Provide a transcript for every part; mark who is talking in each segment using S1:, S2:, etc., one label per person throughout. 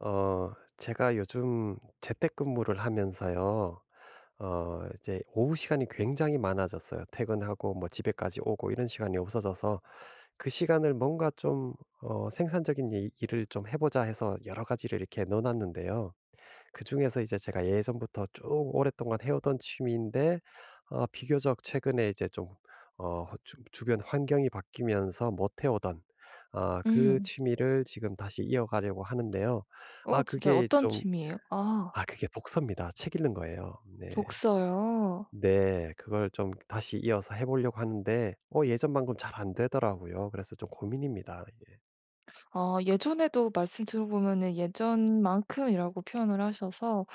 S1: 제가 요즘 재택근무를 하면서요. 이제 오후 시간이 굉장히 많아졌어요. 퇴근하고 뭐 집에까지 오고 이런 시간이 없어져서 그 시간을 뭔가 좀 생산적인 일을 좀 해보자 해서 여러 가지를 이렇게 넣어놨는데요. 그중에서 이제 제가 예전부터 쭉 오랫동안 해오던 취미인데 비교적 최근에 이제 좀 어 주 주변 환경이 바뀌면서 못 해오던 그
S2: 음.
S1: 취미를 지금 다시 이어가려고 하는데요.
S2: 어
S1: 아
S2: 진짜
S1: 그게
S2: 어떤
S1: 좀
S2: 취미예요? 아
S1: 그게 독서입니다. 책 읽는 거예요. 네.
S2: 독서요.
S1: 네. 그걸 좀 다시 이어서 해 보려고 하는데 예전만큼 잘 안 되더라고요. 그래서 좀 고민입니다. 이게.
S2: 아 예전에도 말씀 들어보면은 예전만큼이라고 표현을 하셔서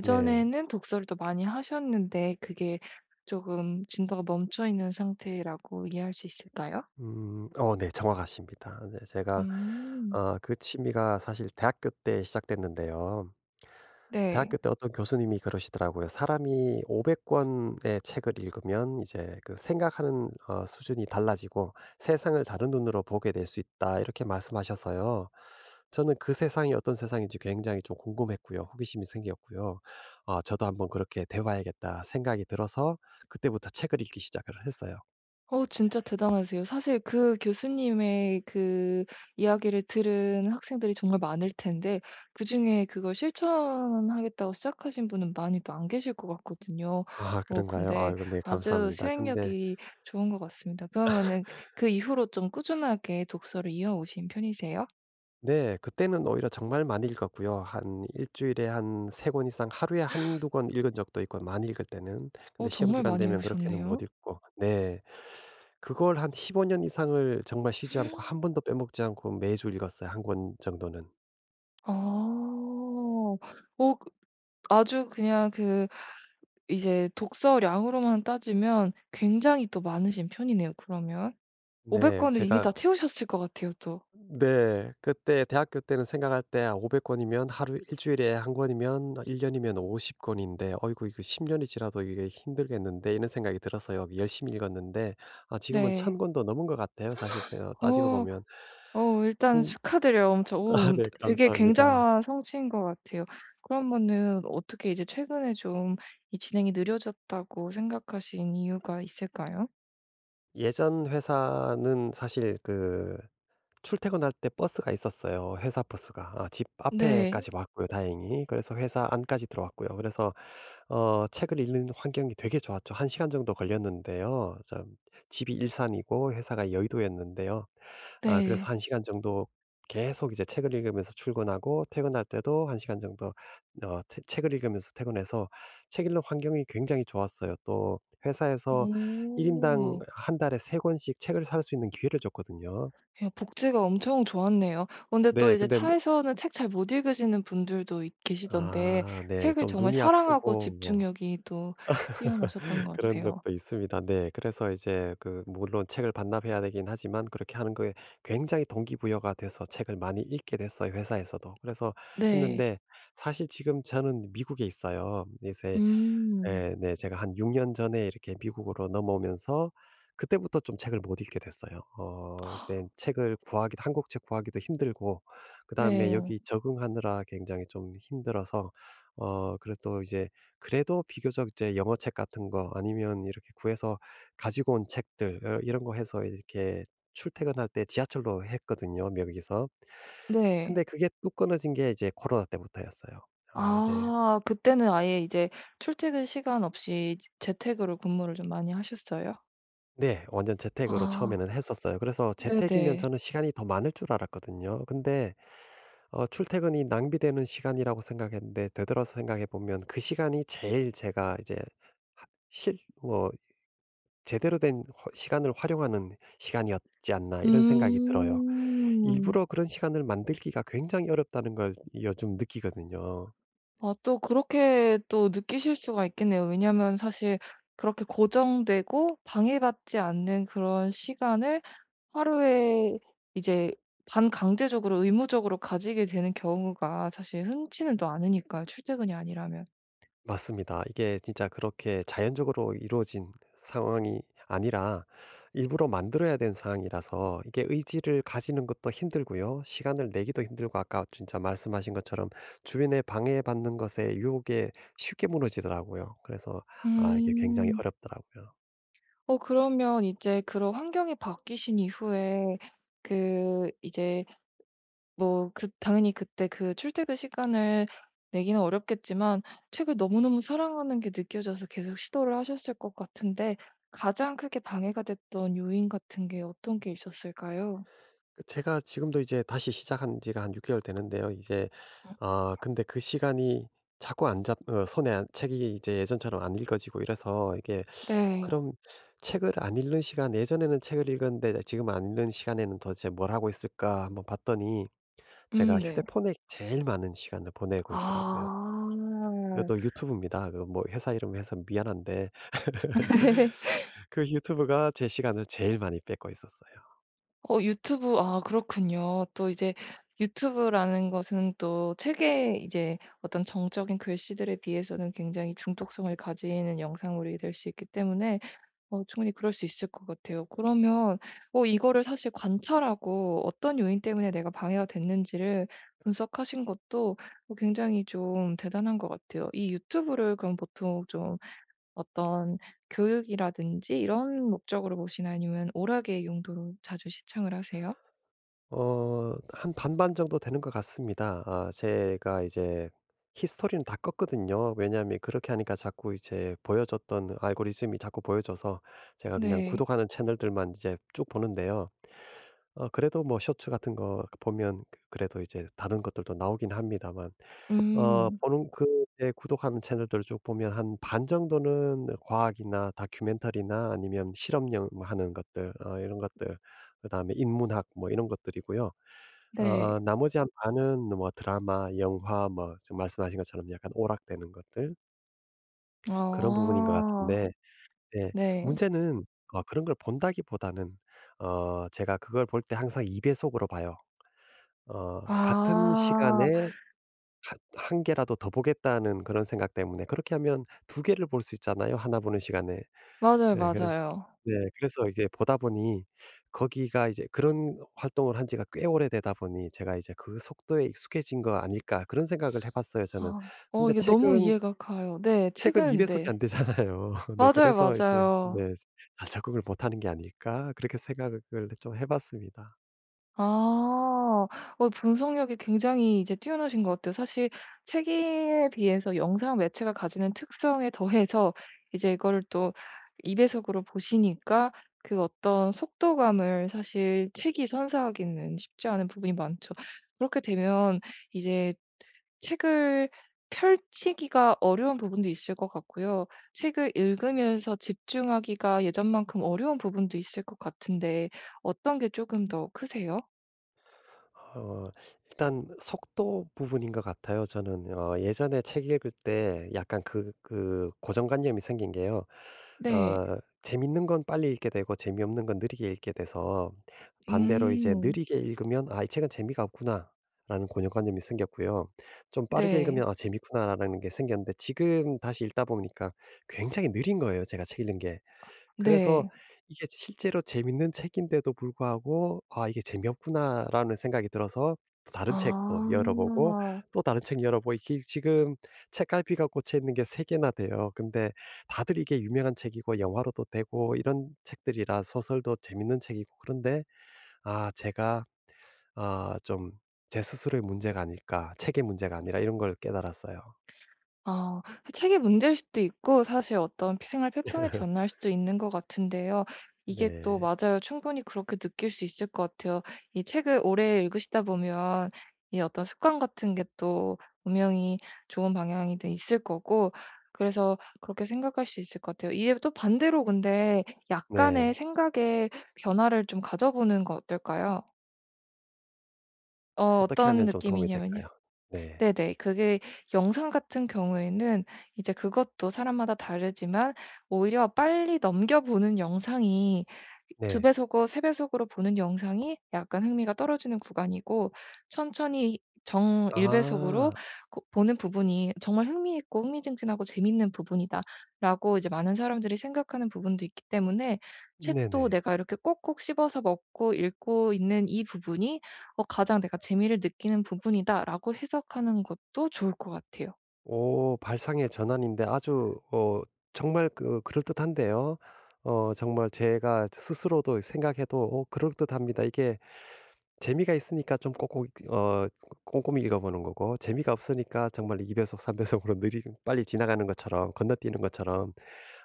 S1: 네.
S2: 독서를 또 많이 하셨는데 그게 조금 진도가 멈춰 있는 상태라고 이해할 수 있을까요?
S1: 음. 네. 정확하십니다. 네. 제가
S2: 음.
S1: 그 취미가 사실 대학교 때 시작됐는데요.
S2: 네.
S1: 대학교 때 어떤 교수님이 그러시더라고요. "사람이 500 권의 책을 읽으면 이제 그 생각하는 수준이 달라지고 세상을 다른 눈으로 보게 될 수 있다." 이렇게 말씀하셔서요. 저는 그 세상이 어떤 세상인지 굉장히 좀 궁금했고요. 호기심이 생겼고요. '아 저도 한번 그렇게 돼 봐야겠다.' 생각이 들어서 그때부터 책을 읽기 시작을 했어요.
S2: 어 진짜 대단하세요. 사실 그 교수님의 그 이야기를 들은 학생들이 정말 많을 텐데 그중에 그걸 실천하겠다고 시작하신 분은 많이도 안 계실 것 같거든요. 어
S1: 그런가요?
S2: 근데
S1: 아이고 네
S2: 아주
S1: 감사합니다. 근데
S2: 실행력이 좋은 것 같습니다. 그러면은 그 이후로 좀 꾸준하게 독서를 이어오신 편이세요?
S1: 네 그때는 오히려 정말 많이 읽었고요. 한 일 주일에 한 세 권 이상 하루에 한두 권 읽은 적도 있고 많이 읽을 때는. 근데
S2: 어
S1: 시험
S2: 정말
S1: 기간
S2: 많이
S1: 되면 그렇게는 못
S2: 읽으셨네요.
S1: 읽고 네. 그걸 한 15년 이상을 정말 쉬지 않고 한 번도 빼먹지 않고 매주 읽었어요 한 권 정도는.
S2: 아. 어 아주 그냥 그 이제 독서량으로만 따지면 굉장히 또 많으신 편이네요 그러면. 500권
S1: 네.
S2: 권을 이미
S1: 제가
S2: 다 채우셨을 것 같아요 또.
S1: 네. 그때 대학교 때는 생각할 때 500 권이면 하루 일주일에 한 권이면 일1 년이면 50 권인데 '어이구 이거 10 년이 지나도 이게 힘들겠는데.' 이런 생각이 들어서요. 열심히 읽었는데 지금은 1,000
S2: 네.
S1: 권도 넘은 것 같아요 사실 제 따지고
S2: 어
S1: 보면.
S2: 어 일단
S1: 근
S2: 축하드려요 엄청. 오
S1: 네
S2: 되게
S1: 감사합니다.
S2: 굉장한 성취인 것 같아요. 그러면은 어떻게 이제 최근에 좀 이 진행이 느려졌다고 생각하신 이유가 있을까요?
S1: 예전 회사는 사실 그 출퇴근할 때 버스가 있었어요 회사 버스가. 집
S2: 네.
S1: 앞에까지 왔고요 다행히. 그래서 회사 안까지 들어왔고요. 그래서 책을 읽는 환경이 되게 좋았죠. 1 시간 정도 걸렸는데요. 참 집이 일산이고 회사가 여의도였는데요. 그래서
S2: 네.
S1: 1 시간 정도 계속 이제 책을 읽으면서 출근하고 퇴근할 때도 1 시간 정도 어 태 책을 읽으면서 퇴근해서 책 읽는 환경이 굉장히 좋았어요. 또 회사에서 1 인당
S2: 오.
S1: 한 달에 3 권씩 책을 살 수 있는 기회를 줬거든요.
S2: 예 복지가 엄청 좋았네요. 근데 또
S1: 네.
S2: 이제
S1: 근데 뭐
S2: 차에서는 책 잘 못 읽으시는 분들도 있 계시던데
S1: 네.
S2: 책을
S1: 좀
S2: 정말
S1: 눈이
S2: 사랑하고
S1: 아프고 뭐
S2: 집중력이 또 뛰어나셨던 것
S1: 그런
S2: 같아요.
S1: 적도 있습니다. 네. 그래서 이제 그 물론 책을 반납해야 되긴 하지만 그렇게 하는 거에 굉장히 동기부여가 돼서 책을 많이 읽게 됐어요, 회사에서도. 그래서
S2: 네.
S1: 했는데 사실 지금 저는 미국에 있어요. 이제
S2: 음.
S1: 네, 네. 제가 한 6년 전에 이렇게 미국으로 넘어오면서 그때부터 좀 책을 못 읽게 됐어요. 그때 책을 구하기도 한국 책 구하기도 힘들고 그다음에
S2: 네.
S1: 여기 적응하느라 굉장히 좀 힘들어서 어 그래도 이제 그래도 비교적 이제 영어 책 같은 거 아니면 이렇게 구해서 가지고 온 책들 이런 거 해서 이렇게 출퇴근할 때 지하철로 했거든요, 여기서.
S2: 네.
S1: 근데 그게 뚝 끊어진 게 이제 코로나 때부터였어요. 아 이제
S2: 아 그때는 아예 이제 출퇴근 시간 없이 재 재택으로 근무를 좀 많이 하셨어요?
S1: 네. 완전 재택으로
S2: 아
S1: 처음에는 했었어요. 그래서 재택이면
S2: 네네.
S1: 저는 시간이 더 많을 줄 알았거든요. 근데 출퇴근이 낭비되는 시간이라고 생각했는데 되돌아서 생각해 보면 그 시간이 제일 제가 이제 하 실 뭐 제대로 된 허 시간을 활용하는 시간이었지 않나 이런 생각이 들어요.
S2: 음.
S1: 일부러 그런 시간을 만들기가 굉장히 어렵다는 걸 요즘 느끼거든요.
S2: 아 또 그렇게 또 느끼실 수가 있겠네요. 왜냐면 사실 그렇게 고정되고 방해받지 않는 그런 시간을 하루에 이제 반강제적으로 의무적으로 가지게 되는 경우가 사실 흔치는 또 않으니까요, 출퇴근이 아니라면.
S1: 맞습니다. 이게 진짜 그렇게 자연적으로 이루어진 상황이 아니라 일부러 만들어야 된 상황이라서 이게 의지를 가지는 것도 힘들고요. 시간을 내기도 힘들고 아까 진짜 말씀하신 것처럼 주변에 방해받는 것에 유혹에 쉽게 무너지더라고요. 그래서 이게 굉장히
S2: 음.
S1: 어렵더라고요.
S2: 어 그러면 이제 그런 환경이 바뀌신 이후에 그 이제 뭐 그 당연히 그때 그 출퇴근 시간을 내기는 어렵겠지만 책을 너무너무 사랑하는 게 느껴져서 계속 시도를 하셨을 것 같은데 가장 크게 방해가 됐던 요인 같은 게 어떤 게 있었을까요?
S1: 그 제가 지금도 이제 다시 시작한 지가 한 6 개월 되는데요. 이제 근데 그 시간이 자꾸 안 잡 손에 안 책이 이제 예전처럼 안 읽어지고 이래서 이게
S2: 네.
S1: 그럼 책을 안 읽는 시간 예전에는 책을 읽었는데 지금 안 읽는 시간에는 도대체 뭘 하고 있을까 한번 봤더니 제가
S2: 네.
S1: 휴대폰에 제일 많은 시간을 보내고 있더라고요.
S2: 아.
S1: 이것도 유튜브입니다. 그 뭐 회사 이름 해서 미안한데 그 유튜브가 제 시간을 제일 많이 뺏고 있었어요.
S2: 어 유튜브 아 그렇군요. 또 이제 유튜브라는 것은 또 책의 이제 어떤 정적인 글씨들에 비해서는 굉장히 중독성을 가지는 영상물이 될 수 있기 때문에 어 충분히 그럴 수 있을 것 같아요. 그러면 어 이거를 사실 관찰하고 어떤 요인 때문에 내가 방해가 됐는지를 분석하신 것도 어 굉장히 좀 대단한 것 같아요. 이 유튜브를 그럼 보통 좀 어떤 교육이라든지 이런 목적으로 보시나 아니면 오락의 용도로 자주 시청을 하세요?
S1: 한 반반 정도 되는 것 같습니다. 제가 이제 히스토리는 다 껐거든요. 왜냐하면 그렇게 하니까 자꾸 이제 보여줬던 알고리즘이 자꾸 보여줘서 제가 그냥
S2: 네.
S1: 구독하는 채널들만 이제 쭉 보는데요. 그래도 뭐 쇼츠 같은 거 보면 그 그래도 이제 다른 것들도 나오긴 합니다만 어
S2: 음.
S1: 보는 그 예 구독하는 채널들을 쭉 보면 한 반 정도는 과학이나 다큐멘터리나 아니면 실험용 뭐 하는 것들 이런 것들 그다음에 인문학 뭐 이런 것들이고요.
S2: 네.
S1: 나머지 한 반은 뭐 드라마, 영화 뭐 지금 말씀하신 것처럼 약간 오락되는 것들 그런 부분인 것
S2: 아.
S1: 같은데 예
S2: 네.
S1: 문제는 그런 걸 본다기보다는 제가 그걸 볼 때 항상 2 배속으로 봐요. 같은
S2: 아.
S1: 시간에 하- 한 개라도 더 보겠다는 그런 생각 때문에 그렇게 하면 두 개를 볼 수 있잖아요, 하나 보는 시간에.
S2: 맞아요,
S1: 네. 그래서
S2: 맞아요.
S1: 네. 그래서 이제 보다 보니 거기가 이제 그런 활동을 한 지가 꽤 오래되다 보니 제가 이제 '그 속도에 익숙해진 거 아닐까.' 그런 생각을 해 봤어요 저는.
S2: 아. 어
S1: 근데
S2: 이게 너무
S1: 책은
S2: 이해가 가요. 네.
S1: 2
S2: 책은
S1: 배속이 안
S2: 네.
S1: 되잖아요. 네.
S2: 맞아요,
S1: 그래서 이게
S2: 맞아요.
S1: 네. '잘 적응을 못하는 게 아닐까.' 그렇게 생각을 좀 해 봤습니다.
S2: 아. 어 분석력이 굉장히 이제 뛰어나신 것 같아요. 사실 책에 비해서 영상 매체가 가지는 특성에 더해서 이제 이거를 또 2배속으로 보시니까 그 어떤 속도감을 사실 책이 선사하기는 쉽지 않은 부분이 많죠. 그렇게 되면 이제 책을 펼치기가 어려운 부분도 있을 것 같고요. 책을 읽으면서 집중하기가 예전만큼 어려운 부분도 있을 것 같은데 어떤 게 조금 더 크세요?
S1: 어 일단 속도 부분인 것 같아요 저는. 예전에 책 읽을 때 약간 그 고정관념이 생긴 게요.
S2: 네.
S1: 재밌는 건 빨리 읽게 되고 재미없는 건 느리게 읽게 돼서 반대로 이제
S2: 음.
S1: 느리게 읽으면 '아 이 책은 재미가 없구나.'라는 고정관념이 생겼고요. 좀 빠르게
S2: 네.
S1: 읽으면 '아 재밌구나.'라는 게 생겼는데 지금 다시 읽다 보니까 굉장히 느린 거예요 제가 책 읽는 게. 그래서
S2: 네.
S1: 이게 실제로 재밌는 책인데도 불구하고 '아 이게 재미없구나.'라는 생각이 들어서 또 다른 책도 열어보고
S2: 아.
S1: 또 다른 책 열어보고 이게 지금 책갈피가 꽂혀 있는 게 세 개나 돼요. 근데 다들 이게 유명한 책이고 영화로도 되고 이런 책들이라 소설도 재밌는 책이고 그런데 아 제가 아 좀 제 스스로의 문제가 아닐까. 책의 문제가 아니라 이런 걸 깨달았어요.
S2: 아. 그 책의 문제일 수도 있고 사실 어떤 생활 패턴의 변화일 수도 있는 것 같은데요. 이게 또
S1: 네.
S2: 맞아요. 충분히 그렇게 느낄 수 있을 것 같아요. 이 책을 오래 읽으시다 보면 이 어떤 습관 같은 게 또 분명히 좋은 방향이 또 있을 거고 그래서 그렇게 생각할 수 있을 것 같아요. 이게 또 반대로 근데 약간의
S1: 네.
S2: 생각의 변화를 좀 가져보는 거 어떨까요? 어
S1: 어떻게
S2: 어떤
S1: 하면 좀 도움이
S2: 느낌이냐면요.
S1: 될까요? 네.
S2: 네네. 그게 영상 같은 경우에는 이제 그것도 사람마다 다르지만 오히려 빨리 넘겨 보는 영상이 두
S1: 네.
S2: 배속으로 3배속으로 보는 영상이 약간 흥미가 떨어지는 구간이고 천천히 정 1 배속으로
S1: 아
S2: 그 보는 부분이 정말 흥미있고 흥미진진하고 재밌는 부분이다라고 이제 많은 사람들이 생각하는 부분도 있기 때문에 책도
S1: 네네.
S2: 내가 이렇게 꼭꼭 씹어서 먹고 읽고 있는 이 부분이 어 '가장 내가 재미를 느끼는 부분이다.'라고 해석하는 것도 좋을 것 같아요.
S1: 오 발상의 전환인데 아주 정말 그럴듯한데요. 정말 제가 스스로도 생각해도 그럴듯합니다. 이게 재미가 있으니까 좀 꼭꼭 꼼꼼히 읽어 보는 거고 재미가 없으니까 정말 2 배속 3 배속으로 느리 빨리 지나가는 것처럼 건너뛰는 것처럼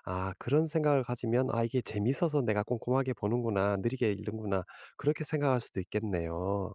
S1: 그런 생각을 가지면 '아 이게 재미어서 내가 꼼꼼하게 보는구나. 느리게 읽는구나.' 그렇게 생각할 수도 있겠네요.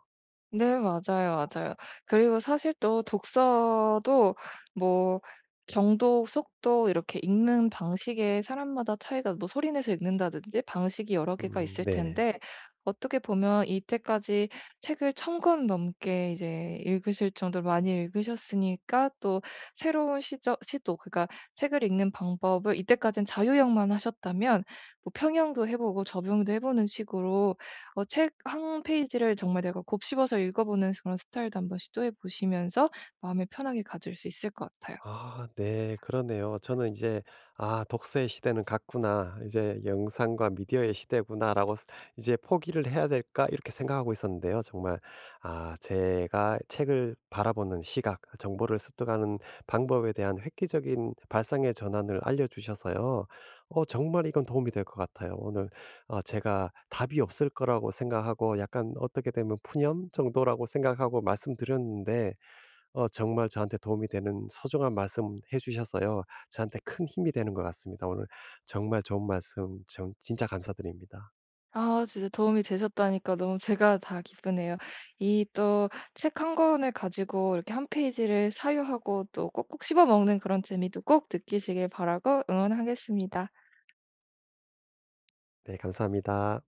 S2: 네 맞아요, 맞아요. 그리고 사실 또 독서도 뭐 정도, 속도 이렇게 읽는 방식에 사람마다 차이가 뭐 소리 내서 읽는다든지 방식이 여러 개가 있을
S1: 네.
S2: 텐데 어떻게 보면 이때까지 책을 천 권 넘게 이제 읽으실 정도로 많이 읽으셨으니까 또 새로운 시저 시도 그러니까 책을 읽는 방법을 이때까지는 자유형만 하셨다면 뭐 평형도 해 보고 접형도 해 보는 식으로 어 책 한 페이지를 정말 내가 곱씹어서 읽어보는 그런 스타일도 한번 시도해 보시면서 마음을 편하게 가질 수 있을 것 같아요.
S1: 네. 그러네요. 저는 이제 '아 독서의 시대는 갔구나. 이제 영상과 미디어의 시대구나.'라고 스 이제 '포기를 해야 될까?' 이렇게 생각하고 있었는데요. 정말 제가 책을 바라보는 시각, 정보를 습득하는 방법에 대한 획기적인 발상의 전환을 알려 주셔서요. 정말 이건 도움이 될 것 같아요. 오늘 제가 답이 없을 거라고 생각하고 약간 어떻게 되면 푸념 정도라고 생각하고 말씀드렸는데 정말 저한테 도움이 되는 소중한 말씀 해 주셔서요. 저한테 큰 힘이 되는 것 같습니다. 오늘 정말 좋은 말씀 정 진짜 감사드립니다.
S2: 아 진짜 도움이 되셨다니까 너무 제가 다 기쁘네요. 이 또 책 한 권을 가지고 이렇게 한 페이지를 사유하고 또 꼭꼭 씹어 먹는 그런 재미도 꼭 느끼시길 바라고 응원하겠습니다.
S1: 네 감사합니다.